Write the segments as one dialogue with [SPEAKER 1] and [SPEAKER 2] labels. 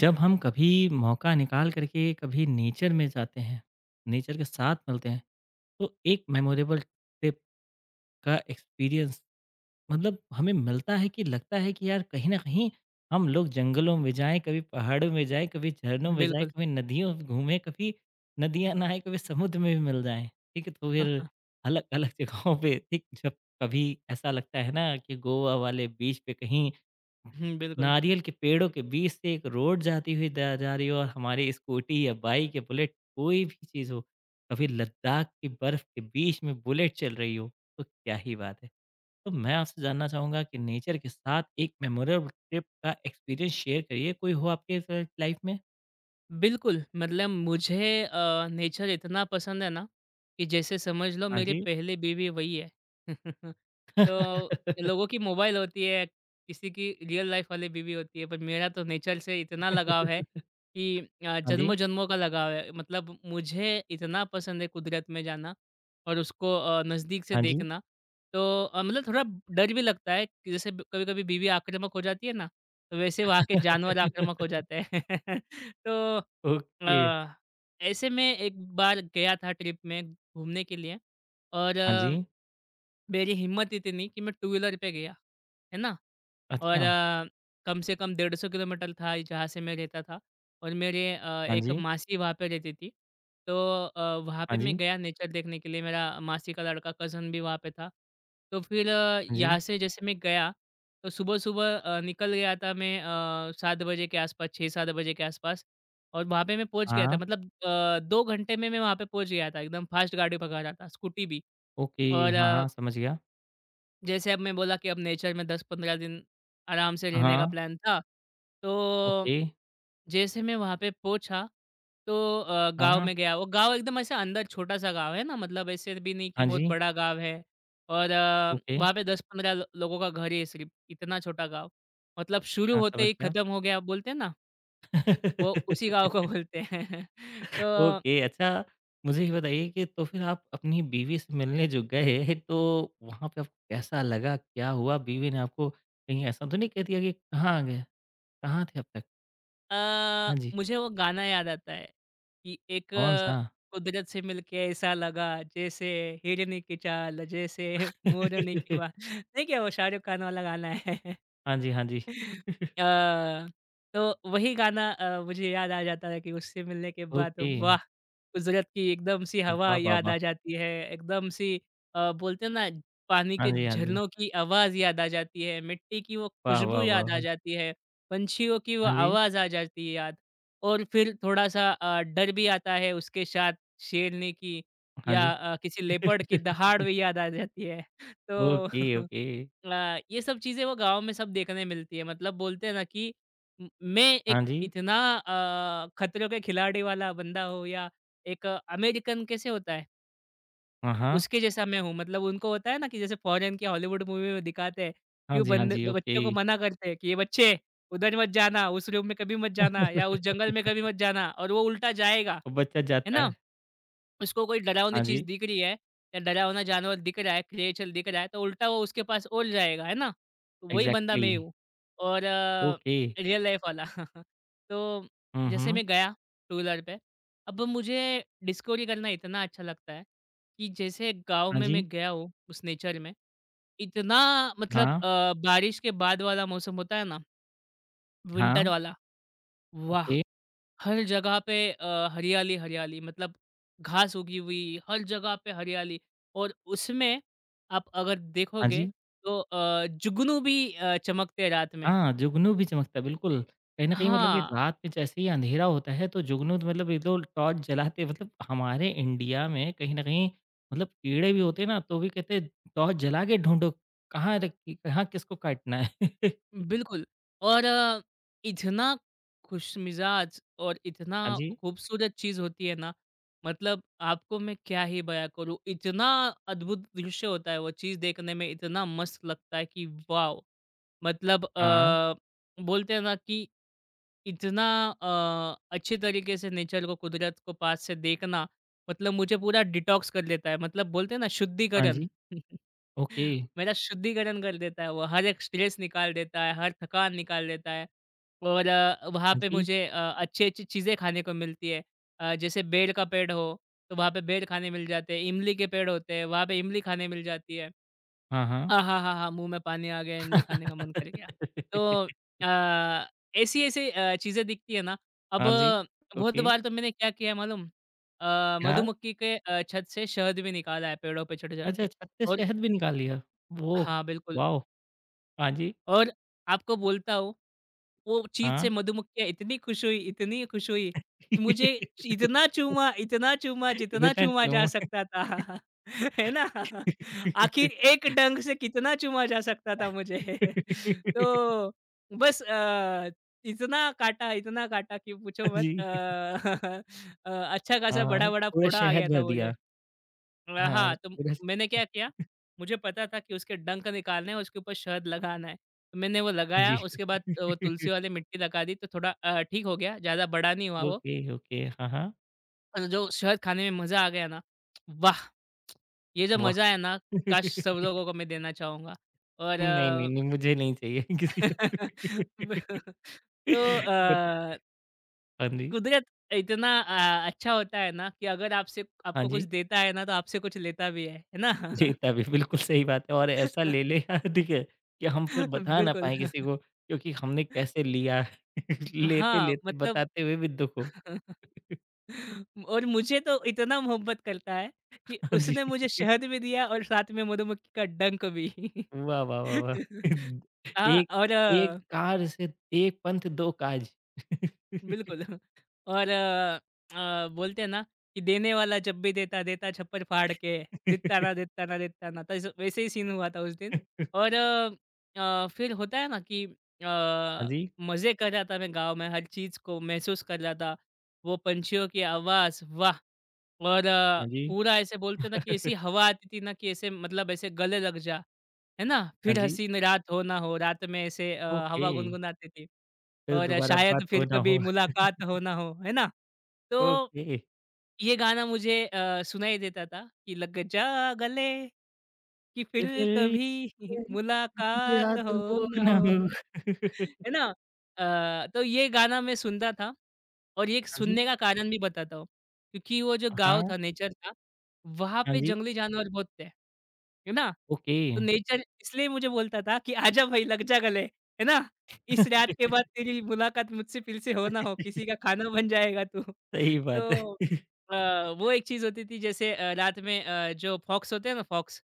[SPEAKER 1] जब हम कभी मौका निकाल करके कभी नेचर में जाते हैं, नेचर के साथ मिलते हैं, तो एक मेमोरेबल ट्रिप का एक्सपीरियंस मतलब हमें मिलता है कि लगता है कि यार कहीं न कहीं हम लोग जंगलों में जाएँ, कभी पहाड़ों में जाएँ, कभी झरनों में जाएँ,
[SPEAKER 2] बिल्कुल।
[SPEAKER 1] कभी नदियों में घूमें, कभी नदियाँ नहाएँ, कभी समुद्र में भी मिल जाएँ। ठीक है? तो फिर अलग-अलग जगहों पे ठीक जब कभी ऐसा लगता है ना कि गोवा वाले बीच पे कहीं
[SPEAKER 2] हुँ, बिल्कुल।
[SPEAKER 1] नारियल के पेड़ों के बीच से एक रोड जाती हुई जा जा रही हो और हमारी स्कूटी या बाइक या बुलेट कोई भी चीज़ हो, कभी लद्दाख की बर्फ़ के बीच में बुलेट चल रही हो, तो क्या ही बात है। तो मैं आपसे जानना चाहूँगा कि नेचर के साथ एक मेमोरेबल ट्रिप का एक्सपीरियंस शेयर करिए, कोई हो आपके स लाइफ़ में?
[SPEAKER 2] बिल्कुल, मतलब मुझे नेचर इतना पसंद है ना, कि जैसे समझ लो
[SPEAKER 1] हाँ
[SPEAKER 2] मेरी
[SPEAKER 1] जी।
[SPEAKER 2] पहली बीवी वही है। तो लोगों की मोबाइल होती है, किसी की रियल लाइफ़ वाली बीवी होती है, पर मेरा तो नेचर से इतना लगाव है कि
[SPEAKER 1] हाँ जी,
[SPEAKER 2] जन्मों-जन्मों का लगाव है। मतलब मुझे इतना पसंद है कुदरत में जाना और उसको नज़दीक से
[SPEAKER 1] हाँ जी।
[SPEAKER 2] देखना। तो मतलब थोड़ा डर भी लगता है कि जैसे कभी-कभी बीवी आक्रामक हो जाती है ना, तो वैसे वहाँ के जानवर आक्रामक हो जाते हैं। तो अ,
[SPEAKER 1] ओके,
[SPEAKER 2] ऐसे में एक बार गया था ट्रिप में घूमने के लिए और
[SPEAKER 1] हाँ जी।
[SPEAKER 2] मेरी हिम्मत इतनी कि मैं टू व्हीलर पे गया, है ना? और
[SPEAKER 1] अच्छा,
[SPEAKER 2] कम से कम 150 किलोमीटर था जहाँ से मैं रहता था और मेरे
[SPEAKER 1] हाँ
[SPEAKER 2] एक
[SPEAKER 1] जी,
[SPEAKER 2] मासी वहाँ पे रहती थी। तो वहाँ पे
[SPEAKER 1] हाँ
[SPEAKER 2] मैं
[SPEAKER 1] जी,
[SPEAKER 2] गया नेचर देखने के लिए, मेरा मासी का लड़का कज़न भी वहाँ पे था। तो फिर
[SPEAKER 1] हाँ जी।
[SPEAKER 2] यहाँ से जैसे मैं गया, तो सुबह-सुबह निकल गया था मैं 7 बजे के आसपास, 6-7 बजे के आसपास, और वहाँ पे मैं पहुँच गया था।
[SPEAKER 1] हाँ,
[SPEAKER 2] मतलब 2 घंटे में मैं वहाँ पे पहुँच गया था, एकदम फ़ास्ट गाड़ी पकड़ा था, स्कूटी भी।
[SPEAKER 1] ओके,
[SPEAKER 2] और
[SPEAKER 1] हाँ, हाँ, समझ गया।
[SPEAKER 2] जैसे अब मैं बोला कि अब नेचर में 10-15 दिन आराम से रहने
[SPEAKER 1] हाँ,
[SPEAKER 2] का प्लान था। तो
[SPEAKER 1] ओके।
[SPEAKER 2] जैसे मैं वहाँ पे पहुँचा तो गाँव
[SPEAKER 1] हाँ,
[SPEAKER 2] में गया। वो गाँव एकदम ऐसे अंदर छोटा-सा गाँव है ना, मतलब ऐसे भी नहीं कि
[SPEAKER 1] हाँ
[SPEAKER 2] बहुत
[SPEAKER 1] जी,
[SPEAKER 2] बड़ा गाँव है, और
[SPEAKER 1] ओके।
[SPEAKER 2] वहाँ पे 10-15 लो लोगों का घर है सिर्फ़, इतना छोटा गाँव। मतलब शुरू
[SPEAKER 1] हाँ,
[SPEAKER 2] होते
[SPEAKER 1] समझ
[SPEAKER 2] ही
[SPEAKER 1] गया।
[SPEAKER 2] ख़त्म हो गया बोलते हैं ना, वो उसी गाँव को बोलते हैं। तो
[SPEAKER 1] ओके, अच्छा मुझे ये बताइए कि तो फिर आप अपनी बीवी से मिलने जो गए तो वहाँ पे आपको कैसा लगा, क्या हुआ? बीवी ने आपको कहीं ऐसा तो नहीं कह दिया कि कहाँ गए, कहाँ थे अब तक?
[SPEAKER 2] अ,
[SPEAKER 1] हाँ जी,
[SPEAKER 2] मुझे वो गाना याद आता है कि एक
[SPEAKER 1] कौन-सा?
[SPEAKER 2] कुदरत से मिलके ऐसा लगा जैसे हिरनी की चाल जैसे मोरनी की बाल। नहीं क्या वो शाहरुख खान वाला गाना है?
[SPEAKER 1] हाँ जी, हाँ जी,
[SPEAKER 2] अ, तो वही गाना मुझे याद आ जाता है कि उससे मिलने के बाद
[SPEAKER 1] ओके।
[SPEAKER 2] वाह! कुदरत की एकदम सी हवा
[SPEAKER 1] वाह, वाह,
[SPEAKER 2] याद
[SPEAKER 1] वाह!
[SPEAKER 2] आ जाती है, एकदम सी। बोलते हैं ना पानी
[SPEAKER 1] हाँ
[SPEAKER 2] के
[SPEAKER 1] जी, हाँ जी।
[SPEAKER 2] झरनों की आवाज़ याद आ जाती है, मिट्टी की वो
[SPEAKER 1] वाह,
[SPEAKER 2] खुशबू
[SPEAKER 1] वाह, वाह!
[SPEAKER 2] याद आ
[SPEAKER 1] वाह।
[SPEAKER 2] जाती है, पंछियों की वो
[SPEAKER 1] हाँ जी,
[SPEAKER 2] आवाज़ आ जाती है याद। और फिर थोड़ा-सा डर भी आता है उसके साथ शेरनी की
[SPEAKER 1] हाँ
[SPEAKER 2] या
[SPEAKER 1] जी।
[SPEAKER 2] किसी लेपर्ड की दहाड़ भी याद आ जाती है। तो
[SPEAKER 1] ओके, ओके।
[SPEAKER 2] ये सब चीज़ें वो गाँव में सब देखने मिलती है। मतलब बोलते हैं ना कि म मैं
[SPEAKER 1] हाँ
[SPEAKER 2] एक
[SPEAKER 1] जी,
[SPEAKER 2] इतना खतरों के खिलाड़ी वाला बंदा हूँ, या एक अमेरिकन कैसे होता है,
[SPEAKER 1] हाँ, हाँ।
[SPEAKER 2] उसके जैसा मैं हूँ। मतलब उनको होता है ना कि जैसे फ़ॉरेन की हॉलीवुड मूवी में दिखाते हैं कि
[SPEAKER 1] हाँ
[SPEAKER 2] वो
[SPEAKER 1] जी, हाँ
[SPEAKER 2] बंदे
[SPEAKER 1] जी,
[SPEAKER 2] ब
[SPEAKER 1] ओके।
[SPEAKER 2] बच्चों को मना करते हैं कि, "ये बच्चे उधर मत जाना, उस रूम में कभी मत जाना या उस जंगल में कभी मत जाना", और वो उल्टा जाएगा,
[SPEAKER 1] और बच्चा
[SPEAKER 2] है
[SPEAKER 1] जाता
[SPEAKER 2] ना?
[SPEAKER 1] है।
[SPEAKER 2] उसको कोई डरावनी
[SPEAKER 1] हाँ
[SPEAKER 2] चीज़
[SPEAKER 1] जी।
[SPEAKER 2] दिख रही है या डरावना जानवर दिख रहा है, क्रिएचर दिख रहा है, तो उल्टा वो उसके पास और जाएगा, है ना? तो वही बंदा
[SPEAKER 1] एग्ज़ैक्टली,
[SPEAKER 2] मैं ही हूँ और
[SPEAKER 1] ओके।
[SPEAKER 2] रियल लाइफ़ वाला। तो
[SPEAKER 1] हुँ,
[SPEAKER 2] जैसे
[SPEAKER 1] हुँ।
[SPEAKER 2] मैं गया टू व्हीलर पे, अब मुझे डिस्कवरी करना इतना अच्छा लगता है कि जैसे गाँव
[SPEAKER 1] हाँ
[SPEAKER 2] में
[SPEAKER 1] जी,
[SPEAKER 2] मैं गया हूँ, उस नेचर में, इतना मतलब
[SPEAKER 1] हाँ,
[SPEAKER 2] बारिश के बाद वाला मौसम होता है ना, विंटर
[SPEAKER 1] हाँ,
[SPEAKER 2] वाला, वाह!
[SPEAKER 1] ओके,
[SPEAKER 2] हर जगह पे हरियाली हरियाली, मतलब घास उगी हुई हर जगह पे हरियाली। और उसमें आप अगर
[SPEAKER 1] हाँ
[SPEAKER 2] देखोगे
[SPEAKER 1] जी।
[SPEAKER 2] तो जुगनू भी चमकते हैं रात में।
[SPEAKER 1] हाँ, जुगनू भी चमकता है, बिल्कुल। कहीं न कहीं मतलब कि
[SPEAKER 2] हाँ,
[SPEAKER 1] रात में जैसे ही अँधेरा होता है तो जुगनू तो मतलब ये तो टॉर्च जलाते मतलब हमारे इंडिया में कहीं न कहीं मतलब कीड़े भी होते हैं ना, तो भी कहते हैं टॉर्च जला के ढूँढो, कहाँ रखी कहाँ किसको काटना है।
[SPEAKER 2] बिल्कुल। और इतना खुश मिजाज और इतना
[SPEAKER 1] हाँ जी,
[SPEAKER 2] खूबसूरत चीज होती है ना, मतलब आपको मैं क्या ही बयां करूँ, इतना अद्भुत दृश्य होता है। वो चीज देखने में इतना मस्त लगता है कि वाह! मतलब
[SPEAKER 1] हाँ,
[SPEAKER 2] बोलते हैं ना कि इतना अच्छे तरीके से नेचर को, कुदरत को पास से देखना, मतलब मुझे पूरा डिटॉक्स कर देता है। मतलब बोलते हैं ना,
[SPEAKER 1] हाँ
[SPEAKER 2] शुद्धिकरण।
[SPEAKER 1] जी, ओके,
[SPEAKER 2] मेरा शुद्धिकरण कर देता है वो, हर एक स्ट्रेस निकाल देता है, हर थकान निकाल देता है। और वहाँ
[SPEAKER 1] हाँ
[SPEAKER 2] पे
[SPEAKER 1] जी,
[SPEAKER 2] मुझे अच्छी अच्छी चीज़ें खाने को मिलती है। जैसे बेर का पेड़ हो, तो वहाँ पे बेर खाने मिल जाते हैं। इमली के पेड़ होते हैं वहाँ पे, इमली खाने मिल जाती है।
[SPEAKER 1] हाँ, हाँ।
[SPEAKER 2] हाँ, हाँ, हाँ, हाँ, मुँह में पानी आ गया, इमली खाने का मन कर गया। तो अ, ऐसी-ऐसी चीज़ें दिखती है ना, अब
[SPEAKER 1] हाँ जी,
[SPEAKER 2] बहुत
[SPEAKER 1] ओके,
[SPEAKER 2] बार तो मैंने क्या किया है मालूम?
[SPEAKER 1] क्या?
[SPEAKER 2] मधुमक्खी के छत से शहद भी निकाला है, पेड़ों पे चढ़-चढ़
[SPEAKER 1] अच्छा,
[SPEAKER 2] के।
[SPEAKER 1] 36
[SPEAKER 2] और
[SPEAKER 1] शहद भी निकाल लिया? ओह!
[SPEAKER 2] हाँ, बिल्कुल।
[SPEAKER 1] वॉव! हाँ जी,
[SPEAKER 2] और आपको बोलता हूँ, वो चीज़ से
[SPEAKER 1] हाँ।
[SPEAKER 2] मधुमक्खियाँ इतनी खुश हुई कि मुझे च इतना चूमा, जितना
[SPEAKER 1] इतना
[SPEAKER 2] चूमा जा
[SPEAKER 1] चूम
[SPEAKER 2] सकता था। है ना?
[SPEAKER 1] हाँ
[SPEAKER 2] आखिर एक डंक से कितना चूमा जा सकता था मुझे। तो बस इतना काटा कि पूछो मत।
[SPEAKER 1] जी,
[SPEAKER 2] अच्छा खासा
[SPEAKER 1] हाँ,
[SPEAKER 2] बड़ा-बड़ा
[SPEAKER 1] पूरा
[SPEAKER 2] फोड़ा आ
[SPEAKER 1] शहद
[SPEAKER 2] गया था
[SPEAKER 1] भर दिया।
[SPEAKER 2] मुझे।
[SPEAKER 1] हाँ,
[SPEAKER 2] हाँ, तो
[SPEAKER 1] पूरा
[SPEAKER 2] मैंने क्या किया, मुझे पता था कि उसके डंक निकालने हैं, उसके ऊपर शहद लगाना है। मैंने वो
[SPEAKER 1] हाँ जी।
[SPEAKER 2] लगाया, उसके बाद वो तुलसी वाली मिट्टी लगा दी, तो थोड़ा ठीक हो गया, ज़्यादा बड़ा नहीं हुआ वो।
[SPEAKER 1] ओके, ओके, हाँ, हाँ,
[SPEAKER 2] और जो शहद खाने में मज़ा आ गया ना, वाह! ये जो
[SPEAKER 1] वाह!
[SPEAKER 2] मज़ा है ना, काश सब लोगों को मैं देना चाहूँगा। और
[SPEAKER 1] नहीं, नहीं, नहीं, मुझे नहीं चाहिए किसी का।
[SPEAKER 2] ब तो
[SPEAKER 1] बता हाँ जी,
[SPEAKER 2] कुदरत इतना अच्छा होता है ना, कि अगर आपसे
[SPEAKER 1] हाँ
[SPEAKER 2] आपको कुछ
[SPEAKER 1] जी।
[SPEAKER 2] देता है ना, तो आपसे कुछ लेता भी है
[SPEAKER 1] जी,
[SPEAKER 2] ना?
[SPEAKER 1] तभी बिल्कुल सही बात है और ऐसा ले ले यार देखिए कि हम फिर बता ना
[SPEAKER 2] बिल्कुल।
[SPEAKER 1] पाएँ किसी को क्योंकि हमने कैसे लिया।
[SPEAKER 2] हाँ,
[SPEAKER 1] लेते-लेते
[SPEAKER 2] मतलब
[SPEAKER 1] बताते हुए भी दुःख हो।
[SPEAKER 2] और मुझे तो इतना मोहब्बत करता है कि
[SPEAKER 1] हाँ जी,
[SPEAKER 2] उसने मुझे शहद भी दिया और साथ में मधुमक्खी का डंक भी।
[SPEAKER 1] वाह, वाह, वाह, वाह!
[SPEAKER 2] हाँ,
[SPEAKER 1] एक
[SPEAKER 2] और
[SPEAKER 1] एक कार से एक पंथ दो काज।
[SPEAKER 2] बिल्कुल। और बोलते हैं ना कि देने वाला जब भी देता, देता छप्पर फाड़ के, देता ना, देता ना, देता ना। तो ऐसे वैसे ही सीन हुआ था उस दिन। और फिर होता है ना कि
[SPEAKER 1] हाँ
[SPEAKER 2] अ,
[SPEAKER 1] जी,
[SPEAKER 2] मज़े कर रहा था मैं गाँव में, हर चीज़ को महसूस कर रहा था। वो पंछियों की आवाज़, वाह! और
[SPEAKER 1] हाँ जी,
[SPEAKER 2] पूरा ऐसे बोलते हैं ना कि ऐसी हवा आती थी ना, कि ऐसे मतलब ऐसे गले लग जा, है ना?
[SPEAKER 1] हाँ
[SPEAKER 2] फिर
[SPEAKER 1] जी,
[SPEAKER 2] हसीन रात हो ना हो, रात में ऐसे
[SPEAKER 1] ओके,
[SPEAKER 2] हवा गुनगुनाती थी
[SPEAKER 1] फिर
[SPEAKER 2] और
[SPEAKER 1] दोबारा बात
[SPEAKER 2] शायद
[SPEAKER 1] हो
[SPEAKER 2] फिर
[SPEAKER 1] ना
[SPEAKER 2] कभी
[SPEAKER 1] हो,
[SPEAKER 2] मुलाकात हो ना हो, है ना? तो
[SPEAKER 1] ओके,
[SPEAKER 2] ये गाना मुझे सुनाई देता था कि लग जा गले कि
[SPEAKER 1] ये
[SPEAKER 2] फिर
[SPEAKER 1] फिर ये
[SPEAKER 2] कभी
[SPEAKER 1] बीती
[SPEAKER 2] मुलाकात
[SPEAKER 1] रात
[SPEAKER 2] हो
[SPEAKER 1] हो
[SPEAKER 2] ना
[SPEAKER 1] ना
[SPEAKER 2] हो।
[SPEAKER 1] हो।
[SPEAKER 2] है ना? तो ये गाना मैं सुनता था, और ये
[SPEAKER 1] हाँ जी,
[SPEAKER 2] सुनने का कारण भी बताता हूँ, क्योंकि वो जो गाँव
[SPEAKER 1] हाँ,
[SPEAKER 2] था, नेचर था, वहाँ
[SPEAKER 1] हाँ
[SPEAKER 2] पे
[SPEAKER 1] जी,
[SPEAKER 2] जंगली जानवर बहुत थे। है ना?
[SPEAKER 1] ओके।
[SPEAKER 2] तो नेचर इसलिए मुझे बोलता था कि आजा भाई, लग जा गले। है ना? इस रात के बाद तेरी मुलाकात मुझसे फिर से हो ना हो, किसी का खाना बन जाएगा तू।
[SPEAKER 1] सही बात है।
[SPEAKER 2] तो अ, वो एक चीज़ होती थी जैसे रात में जो फॉक्स होते हैं ना, फॉक्स,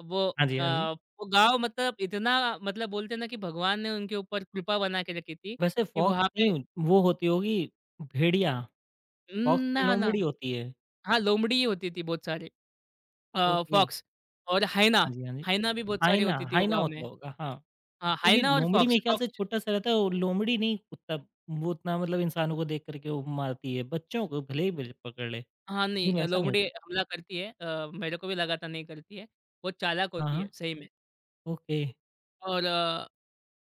[SPEAKER 2] वो
[SPEAKER 1] हाँ जी, हाँ जी।
[SPEAKER 2] वो गाँव मतलब इतना, मतलब बोलते हैं ना कि भगवान ने उनके ऊपर कृपा बना के रखी थी,
[SPEAKER 1] वैसे
[SPEAKER 2] कि
[SPEAKER 1] फॉक्स
[SPEAKER 2] वहाँ पे
[SPEAKER 1] नहीं, वो होती होगी भेड़िया, फॉक्स तो
[SPEAKER 2] ना, ना।
[SPEAKER 1] लोमड़ी होती है।
[SPEAKER 2] हाँ, लोमड़ी होती थी बहुत सारी।
[SPEAKER 1] ओके,
[SPEAKER 2] फॉक्स और हाइना,
[SPEAKER 1] हाँ जी, हाँ जी।
[SPEAKER 2] हाइना भी बहुत सारी
[SPEAKER 1] हाइना,
[SPEAKER 2] होती थी वो
[SPEAKER 1] हाइना
[SPEAKER 2] गाँव में।
[SPEAKER 1] होता होगा, हाँ।
[SPEAKER 2] हाँ,
[SPEAKER 1] क्योंकि
[SPEAKER 2] हाइना और
[SPEAKER 1] लोमड़ी
[SPEAKER 2] फॉक्स,
[SPEAKER 1] मेरे ख्याल से
[SPEAKER 2] फॉक्स।
[SPEAKER 1] छोटा-सा रहता है और लोमड़ी नहीं कुत्ता, वो उतना मतलब इंसानों को देख करके वो मारती है, बच्चों को भले ही बिल पकड़ ले,
[SPEAKER 2] हाँ, नहीं
[SPEAKER 1] लेकिन वैसा नहीं
[SPEAKER 2] लोमड़ी
[SPEAKER 1] होता।
[SPEAKER 2] हमला करती है, मेरे को भी लगा था नहीं करती है, बहुत चालाक
[SPEAKER 1] हाँ,
[SPEAKER 2] होती
[SPEAKER 1] हाँ,
[SPEAKER 2] है सही में।
[SPEAKER 1] ओके।
[SPEAKER 2] और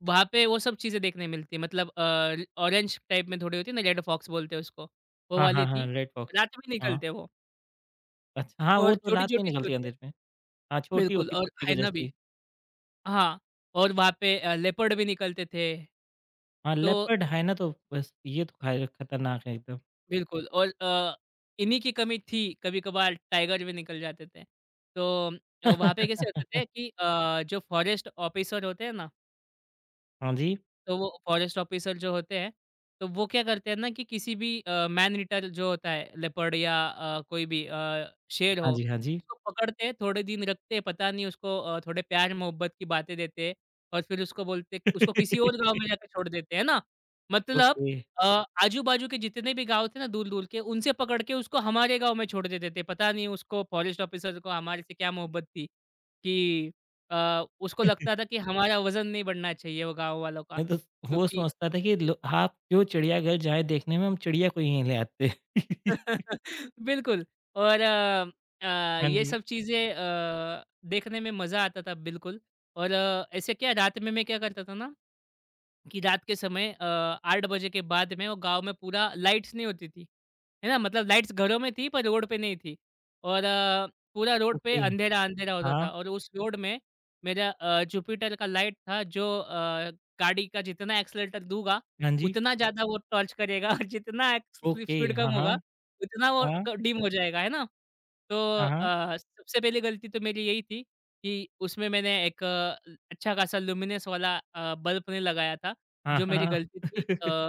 [SPEAKER 2] वहाँ पे वो सब चीज़ें देखने मिलती हैं, मतलब ऑरेंज टाइप में थोड़ी होती है ना, रेड फॉक्स बोलते हैं उसको, वो
[SPEAKER 1] हाँ, हाँ,
[SPEAKER 2] वाली
[SPEAKER 1] हाँ,
[SPEAKER 2] थी।
[SPEAKER 1] Red fox.
[SPEAKER 2] रात में
[SPEAKER 1] हाँ,
[SPEAKER 2] निकलते हैं वो,
[SPEAKER 1] अच्छा हाँ, वो
[SPEAKER 2] और
[SPEAKER 1] तो रात में
[SPEAKER 2] छोटी-छोटी सी
[SPEAKER 1] निकलती है
[SPEAKER 2] होती है।
[SPEAKER 1] अंधेरे में। हाँ, छोटी
[SPEAKER 2] बिल्कुल,
[SPEAKER 1] होती है
[SPEAKER 2] और
[SPEAKER 1] कुत्ते के
[SPEAKER 2] हाइना भी।
[SPEAKER 1] जैसी।
[SPEAKER 2] हाँ, और वहाँ पे लेपर्ड भी निकलते थे।
[SPEAKER 1] हाँ,
[SPEAKER 2] तो
[SPEAKER 1] लेपर्ड, हाइना तो बस ये तो खैर खतरनाक है एकदम।
[SPEAKER 2] बिल्कुल। और इन्हीं की कमी थी, कभी-कभार टाइगर भी निकल जाते थे। तो वहाँ पे कैसे होते थे कि जो फॉरेस्ट ऑफिसर होते हैं ना,
[SPEAKER 1] हाँ जी।
[SPEAKER 2] तो वो फॉरेस्ट ऑफिसर जो होते हैं, तो वो क्या करते हैं ना, कि किसी भी मैन ईटर जो होता है, लेपर्ड या कोई भी शेर
[SPEAKER 1] हाँ
[SPEAKER 2] हो,
[SPEAKER 1] जी, हाँ जी।
[SPEAKER 2] उसको पकड़ते हैं, थोड़े दिन रखते हैं, पता नहीं उसको थोड़े प्यार-मोहब्बत की बातें देते हैं और फिर उसको बोलते, उसको किसी और गाँव में जाके छोड़ देते हैं ना। मतलब
[SPEAKER 1] ओके।
[SPEAKER 2] आजू-बाजू के जितने भी गाँव थे ना, दूर-दूर के, उनसे पकड़ के उसको हमारे गाँव में छोड़ देते थे। पता नहीं उसको फॉरेस्ट ऑफिसर को हमारे से क्या मोहब्बत थी, कि उसको लगता था कि हमारा वज़न नहीं बढ़ना चाहिए वो गाँव वालों का।
[SPEAKER 1] मैं तो वो
[SPEAKER 2] क्योंकि
[SPEAKER 1] सोचता था कि लो आप क्यों चिड़ियाघर जाएँ देखने में, हम चिड़िया को ही यहीं ले आते।
[SPEAKER 2] बिल्कुल। और
[SPEAKER 1] हाँ
[SPEAKER 2] ये
[SPEAKER 1] जी,
[SPEAKER 2] सब चीज़ें देखने में मज़ा आता था बिल्कुल। और ऐसे क्या रात में मैं क्या करता था ना, कि रात के समय 8 बजे के बाद में वो गाँव में पूरा लाइट्स नहीं होती थी, है ना? मतलब लाइट्स घरों में थी पर रोड पे नहीं थी। और पूरा रोड पे
[SPEAKER 1] ओके।
[SPEAKER 2] अंधेरा-अंधेरा होता
[SPEAKER 1] हाँ,
[SPEAKER 2] था और उस रोड में मेरा जुपिटर का लाइट था जो गाड़ी का जितना एक्सेलेरेटर दूँगा,
[SPEAKER 1] हाँ जी,
[SPEAKER 2] उतना ज़्यादा वो टॉर्च करेगा और जितना एक्स स्लिप
[SPEAKER 1] ओके।
[SPEAKER 2] स्पीड
[SPEAKER 1] हाँ,
[SPEAKER 2] कम
[SPEAKER 1] हाँ,
[SPEAKER 2] होगा, उतना वो
[SPEAKER 1] हाँ,
[SPEAKER 2] क डिम हो जाएगा, है ना? तो
[SPEAKER 1] हाँ,
[SPEAKER 2] सबसे पहली गलती तो मेरी यही थी कि उसमें मैंने एक अच्छा खासा ल्यूमिनस वाला बल्ब नहीं लगाया था।
[SPEAKER 1] हाँ,
[SPEAKER 2] जो मेरी
[SPEAKER 1] हाँ,
[SPEAKER 2] गलती थी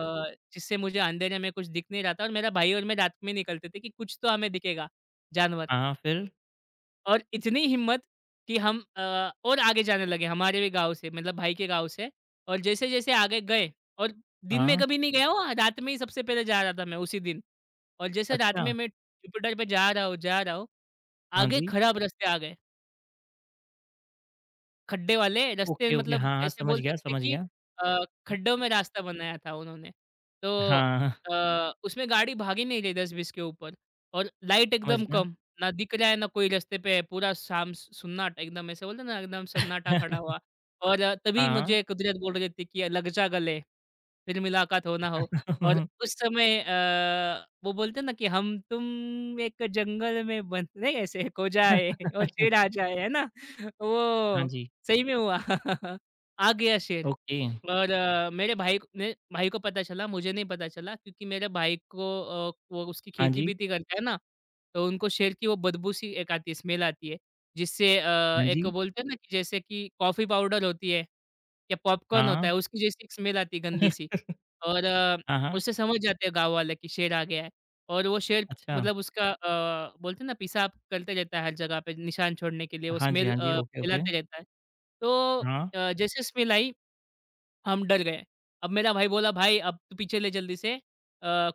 [SPEAKER 2] जिससे मुझे अंधेरे में कुछ दिख नहीं रहा था और मेरा भाई और मैं रात में निकलते थे कि कुछ तो हमें दिखेगा जानवर।
[SPEAKER 1] हाँ। हाँ, फिर?
[SPEAKER 2] और इतनी हिम्मत कि हम और आगे जाने लगे हमारे भी गाँव से मतलब भाई के गाँव से। और जैसे-जैसे आगे गए और दिन में
[SPEAKER 1] हाँ,
[SPEAKER 2] कभी नहीं गया हूँ, रात में ही सबसे पहले जा रहा था मैं उसी दिन। और जैसे रात
[SPEAKER 1] अच्छा।
[SPEAKER 2] में मैं जुपिटर पे जा रहा हूँ,
[SPEAKER 1] हाँ
[SPEAKER 2] आगे
[SPEAKER 1] जी,
[SPEAKER 2] खराब रास्ते आ गए। खड्डे वाले रास्ते,
[SPEAKER 1] ओके, ओके।
[SPEAKER 2] मतलब
[SPEAKER 1] हाँ, हाँ,
[SPEAKER 2] ऐसे
[SPEAKER 1] समझ
[SPEAKER 2] बोल
[SPEAKER 1] गया,
[SPEAKER 2] सकते हैं
[SPEAKER 1] समझ
[SPEAKER 2] कि
[SPEAKER 1] गया।
[SPEAKER 2] अ,
[SPEAKER 1] उम,
[SPEAKER 2] खड्डों में रास्ता बनाया था उन्होंने। तो
[SPEAKER 1] हाँ,
[SPEAKER 2] उसमें गाड़ी भाग ही नहीं रही 10-20 के ऊपर और लाइट
[SPEAKER 1] समझ
[SPEAKER 2] एकदम
[SPEAKER 1] गया।
[SPEAKER 2] कम, ना दिख रहा है ना कोई रास्ते पे है, पूरा शाम सुन्नाटा, एकदम ऐसे बोलते हैं ना एकदम सन्नाटा खड़ा हुआ। और तभी
[SPEAKER 1] हाँ,
[SPEAKER 2] मुझे कुदरत बोल रही थी कि लग जा गले, फिर मुलाकात हो ना हो। और
[SPEAKER 1] हाँ।
[SPEAKER 2] उस समय वो बोलते हैं ना कि हम तुम एक जंगल में बंद नहीं ऐसे हो जाए और शेर आ जाए, है ना?
[SPEAKER 1] हाँ
[SPEAKER 2] वो
[SPEAKER 1] जी,
[SPEAKER 2] सही में हुआ। आ गया शेर।
[SPEAKER 1] ओके।
[SPEAKER 2] और मेरे भाई क ने भाई को पता चला, मुझे नहीं पता चला, क्योंकि मेरे भाई को वो उसकी
[SPEAKER 1] हाँ जी,
[SPEAKER 2] खेती-वेती करता है ना, तो उनको शेर की वो बदबू सी एक आती है, स्मेल आती है, जिससे
[SPEAKER 1] हाँ
[SPEAKER 2] एक
[SPEAKER 1] जी,
[SPEAKER 2] बोलते हैं ना कि जैसे कि कॉफ़ी पाउडर होती है या पॉपकॉर्न होता
[SPEAKER 1] हाँ।
[SPEAKER 2] है, उसकी जैसी एक स्मेल आती है गंदी सी। और
[SPEAKER 1] हाँ, हाँ,
[SPEAKER 2] उससे समझ जाते हैं गाँव वाले कि शेर आ गया है। और वो शेर,
[SPEAKER 1] अच्छा।
[SPEAKER 2] मतलब उसका बोलते हैं ना पेशाब करते रहता है हर जगह पे निशान छोड़ने के लिए, वो
[SPEAKER 1] हाँ जी,
[SPEAKER 2] स्मेल
[SPEAKER 1] हाँ जी। Okay, okay.
[SPEAKER 2] फैलाते रहता है। तो
[SPEAKER 1] हाँ।
[SPEAKER 2] जैसे स्मेल आई हम डर गए। अब मेरा भाई बोला, "भाई अब तू पीछे ले जल्दी से,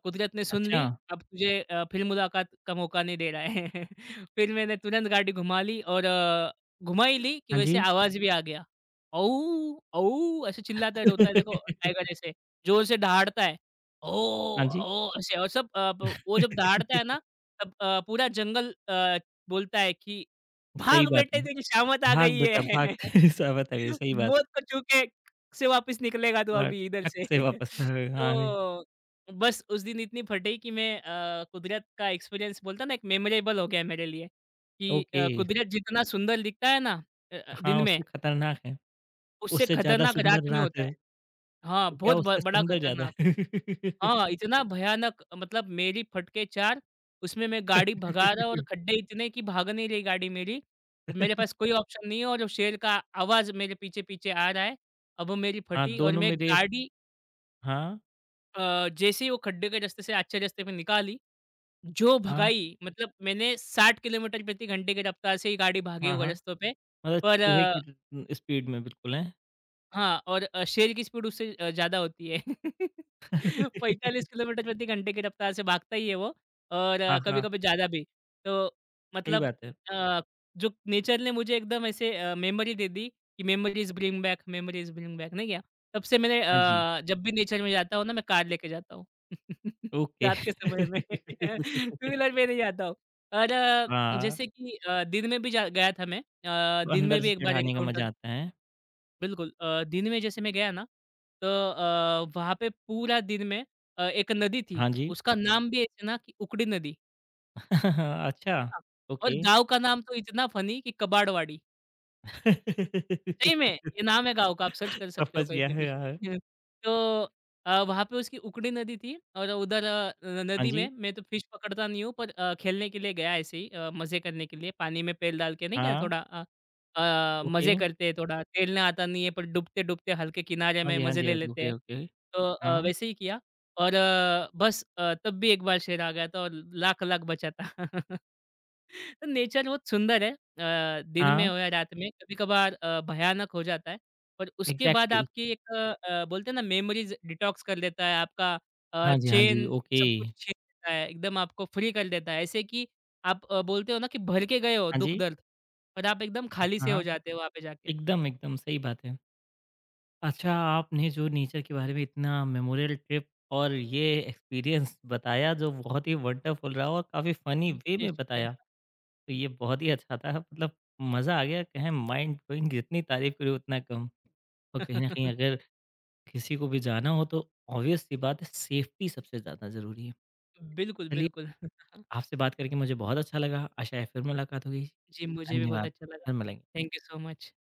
[SPEAKER 2] कुदरत ने सुन
[SPEAKER 1] अच्छा।
[SPEAKER 2] ली, अब तुझे फिर मुलाकात का मौका नहीं दे रहा है।" फिर मैंने तुरंत गाड़ी घुमा ली और घुमा ही ली कि
[SPEAKER 1] हाँ
[SPEAKER 2] वैसे
[SPEAKER 1] जी।
[SPEAKER 2] आवाज़ भी आ गया। "औ! औ!" ऐसे चिल्लाता है, रोता है देखो टाइगर ऐसे ज़ोर से दहाड़ता है। "औ!
[SPEAKER 1] हाँ जी।
[SPEAKER 2] औ!" ऐसे। और सब अ, ब वो जब दहाड़ता है ना तब पूरा जंगल बोलता है कि,
[SPEAKER 1] सही
[SPEAKER 2] "भाग
[SPEAKER 1] बात है।
[SPEAKER 2] बेटे तेरी शामत आ
[SPEAKER 1] भाग
[SPEAKER 2] गई है।"
[SPEAKER 1] बेटा भाग साबित है ये, सही बात।
[SPEAKER 2] मौत को छू के से वापस निकलेगा तू
[SPEAKER 1] भाग,
[SPEAKER 2] अभी इधर
[SPEAKER 1] टक
[SPEAKER 2] से।
[SPEAKER 1] से वापस आ गए।
[SPEAKER 2] तो
[SPEAKER 1] हाँ जी।
[SPEAKER 2] बस उस दिन इतनी फटी कि मैं, कुदरत का एक्सपीरियंस बोलता ना एक मेमोरेबल हो गया मेरे लिए कि
[SPEAKER 1] ओके।
[SPEAKER 2] कुदरत जितना सुंदर दिखता है ना
[SPEAKER 1] हाँ,
[SPEAKER 2] दिन में,
[SPEAKER 1] उससे खतरनाक है।
[SPEAKER 2] उससे
[SPEAKER 1] उससे ज़्यादा
[SPEAKER 2] खतरनाक रात
[SPEAKER 1] सुंदर
[SPEAKER 2] में
[SPEAKER 1] रात
[SPEAKER 2] होता है।
[SPEAKER 1] है।
[SPEAKER 2] हाँ,
[SPEAKER 1] क्या
[SPEAKER 2] बहुत ब
[SPEAKER 1] उससे
[SPEAKER 2] बड़ा
[SPEAKER 1] सुंदर ज़्यादा
[SPEAKER 2] खतरनाक।
[SPEAKER 1] है?
[SPEAKER 2] हाँ, इतना भयानक, मतलब मेरी फटके 4। उसमें मैं गाड़ी भगा रहा और खड्डे इतने कि भाग नहीं रही गाड़ी मेरी। और मेरे पास कोई ऑप्शन नहीं है और शेर का आवाज़ मेरे पीछे-पीछे आ रहा है। अब वो मेरी
[SPEAKER 1] हाँ,
[SPEAKER 2] फटी और
[SPEAKER 1] दोनों
[SPEAKER 2] मैं
[SPEAKER 1] में रेस
[SPEAKER 2] गाड़ी
[SPEAKER 1] हाँ,
[SPEAKER 2] जैसे ही वो खड्डे के रास्ते से अच्छे रास्ते पे निकाली, जो
[SPEAKER 1] हाँ,
[SPEAKER 2] भगाई, मतलब मैंने 60 किलोमीटर प्रति घंटे की रफ्तार से ही गाड़ी भागी
[SPEAKER 1] हाँ,
[SPEAKER 2] वो
[SPEAKER 1] हाँ।
[SPEAKER 2] रास्तों पे।
[SPEAKER 1] मतलब
[SPEAKER 2] पर
[SPEAKER 1] चूहे की स्पीड में बिल्कुल हैं।
[SPEAKER 2] हाँ, और शेर की स्पीड उससे ज़्यादा होती है। 45 किलोमीटर प्रति घंटे की रफ्तार से भागता ही है वो, और
[SPEAKER 1] हाँ, हाँ।
[SPEAKER 2] कभी-कभी ज़्यादा भी। तो
[SPEAKER 1] सही
[SPEAKER 2] मतलब
[SPEAKER 1] बात है।
[SPEAKER 2] अ, जो नेचर ने मुझे एकदम ऐसे मेमोरी दे दी कि memories bring back, memories bring back नहीं क्या? तब से मैंने,
[SPEAKER 1] हाँ जी।
[SPEAKER 2] जब भी नेचर में जाता हूँ ना मैं कार लेके जाता हूँ।
[SPEAKER 1] ओके।
[SPEAKER 2] रात के समय में टू व्हीलर पे नहीं जाता हूँ। और
[SPEAKER 1] हाँ,
[SPEAKER 2] जैसे कि दिन में भी जा गया था मैं,
[SPEAKER 1] तो
[SPEAKER 2] दिन
[SPEAKER 1] अंदर
[SPEAKER 2] में भी
[SPEAKER 1] से
[SPEAKER 2] एक बार
[SPEAKER 1] चिढ़ाने का मज़ा
[SPEAKER 2] एनकाउंटर,
[SPEAKER 1] आता है।
[SPEAKER 2] बिल्कुल दिन में जैसे मैं गया ना तो वहाँ पे पूरा दिन में एक नदी थी
[SPEAKER 1] हाँ जी।
[SPEAKER 2] उसका अच्छा। नाम भी ऐसे ना कि उकड़ी नदी।
[SPEAKER 1] अच्छा,
[SPEAKER 2] हाँ।
[SPEAKER 1] ओके।
[SPEAKER 2] और गाँव का नाम तो इतना फनी कि कबाड़वाड़ी। सही में, ये नाम है गाँव का, आप सर्च कर सकते हो
[SPEAKER 1] समझ
[SPEAKER 2] कहीं
[SPEAKER 1] गया
[SPEAKER 2] पे
[SPEAKER 1] है
[SPEAKER 2] भी।
[SPEAKER 1] यार।
[SPEAKER 2] तो वहाँ पे उसकी उकड़ी नदी थी और उधर अ, न
[SPEAKER 1] हाँ
[SPEAKER 2] नदी
[SPEAKER 1] जी,
[SPEAKER 2] में मैं तो फिश पकड़ता नहीं हूँ, पर खेलने के लिए गया ऐसे ही, मज़े करने के लिए, पानी में पैर डाल के नहीं क्या
[SPEAKER 1] हाँ,
[SPEAKER 2] थोड़ा
[SPEAKER 1] ओके।
[SPEAKER 2] मज़े करते हैं थोड़ा, तैरना आता नहीं है पर डूबते-डूबते हल्के किनारे
[SPEAKER 1] हाँ
[SPEAKER 2] में
[SPEAKER 1] जी, हाँ
[SPEAKER 2] मज़े
[SPEAKER 1] जी,
[SPEAKER 2] ले
[SPEAKER 1] हाँ जी,
[SPEAKER 2] लेते
[SPEAKER 1] ओके,
[SPEAKER 2] हैं।
[SPEAKER 1] ओके।
[SPEAKER 2] तो
[SPEAKER 1] हाँ,
[SPEAKER 2] वैसे ही किया और बस तब भी एक बार शेर आ गया था और लाख-लाख बचा था। तो नेचर बहुत सुंदर है, दिन में
[SPEAKER 1] हाँ,
[SPEAKER 2] हो या रात में कभी-कभार भयानक हो जाता है। पर उसके बाद
[SPEAKER 1] एग्ज़ैक्टली।
[SPEAKER 2] आपकी एक बोलते हैं ना मेमोरीज़ डिटॉक्स कर देता है आपका
[SPEAKER 1] हाँ जी, हाँ जी,
[SPEAKER 2] चैन
[SPEAKER 1] ओके।
[SPEAKER 2] सब कुछ छीन लेता है, एकदम आपको फ्री कर देता है। ऐसे कि आप बोलते हो ना कि भर के गए हो
[SPEAKER 1] हाँ जी,
[SPEAKER 2] दुःख-दर्द, पर आप एकदम खाली से
[SPEAKER 1] हाँ।
[SPEAKER 2] हो जाते हो वहाँ पे जाके।
[SPEAKER 1] एकदम, एकदम सही बात है। अच्छा, आपने जो नेचर के बारे में इतना मेमोरियल ट्रिप और ये एक्सपीरियंस बताया जो बहुत ही वंडरफुल रहा और काफ़ी फ़नी वे
[SPEAKER 2] जी,
[SPEAKER 1] में
[SPEAKER 2] शुक्रिया।
[SPEAKER 1] बताया। तो ये बहुत ही अच्छा था मतलब मज़ा आ गया कहें माइंड ब्लोइंग जितनी तारीफ़ करें उतना कम। और कहीं न कहीं अगर किसी को भी जाना हो तो ऑब्वियस सी बात है सेफ्टी सबसे ज़्यादा ज़रूरी है।
[SPEAKER 2] बिल्कुल,
[SPEAKER 1] चलिए
[SPEAKER 2] बिल्कुल।
[SPEAKER 1] आपसे बात करके मुझे बहुत अच्छा लगा। आशा है फिर मुलाकात होगी।
[SPEAKER 2] जी, मुझे भी बहुत
[SPEAKER 1] धन्यवाद।
[SPEAKER 2] अच्छा लगा।
[SPEAKER 1] फिर मिलेंगे।
[SPEAKER 2] Thank you so much.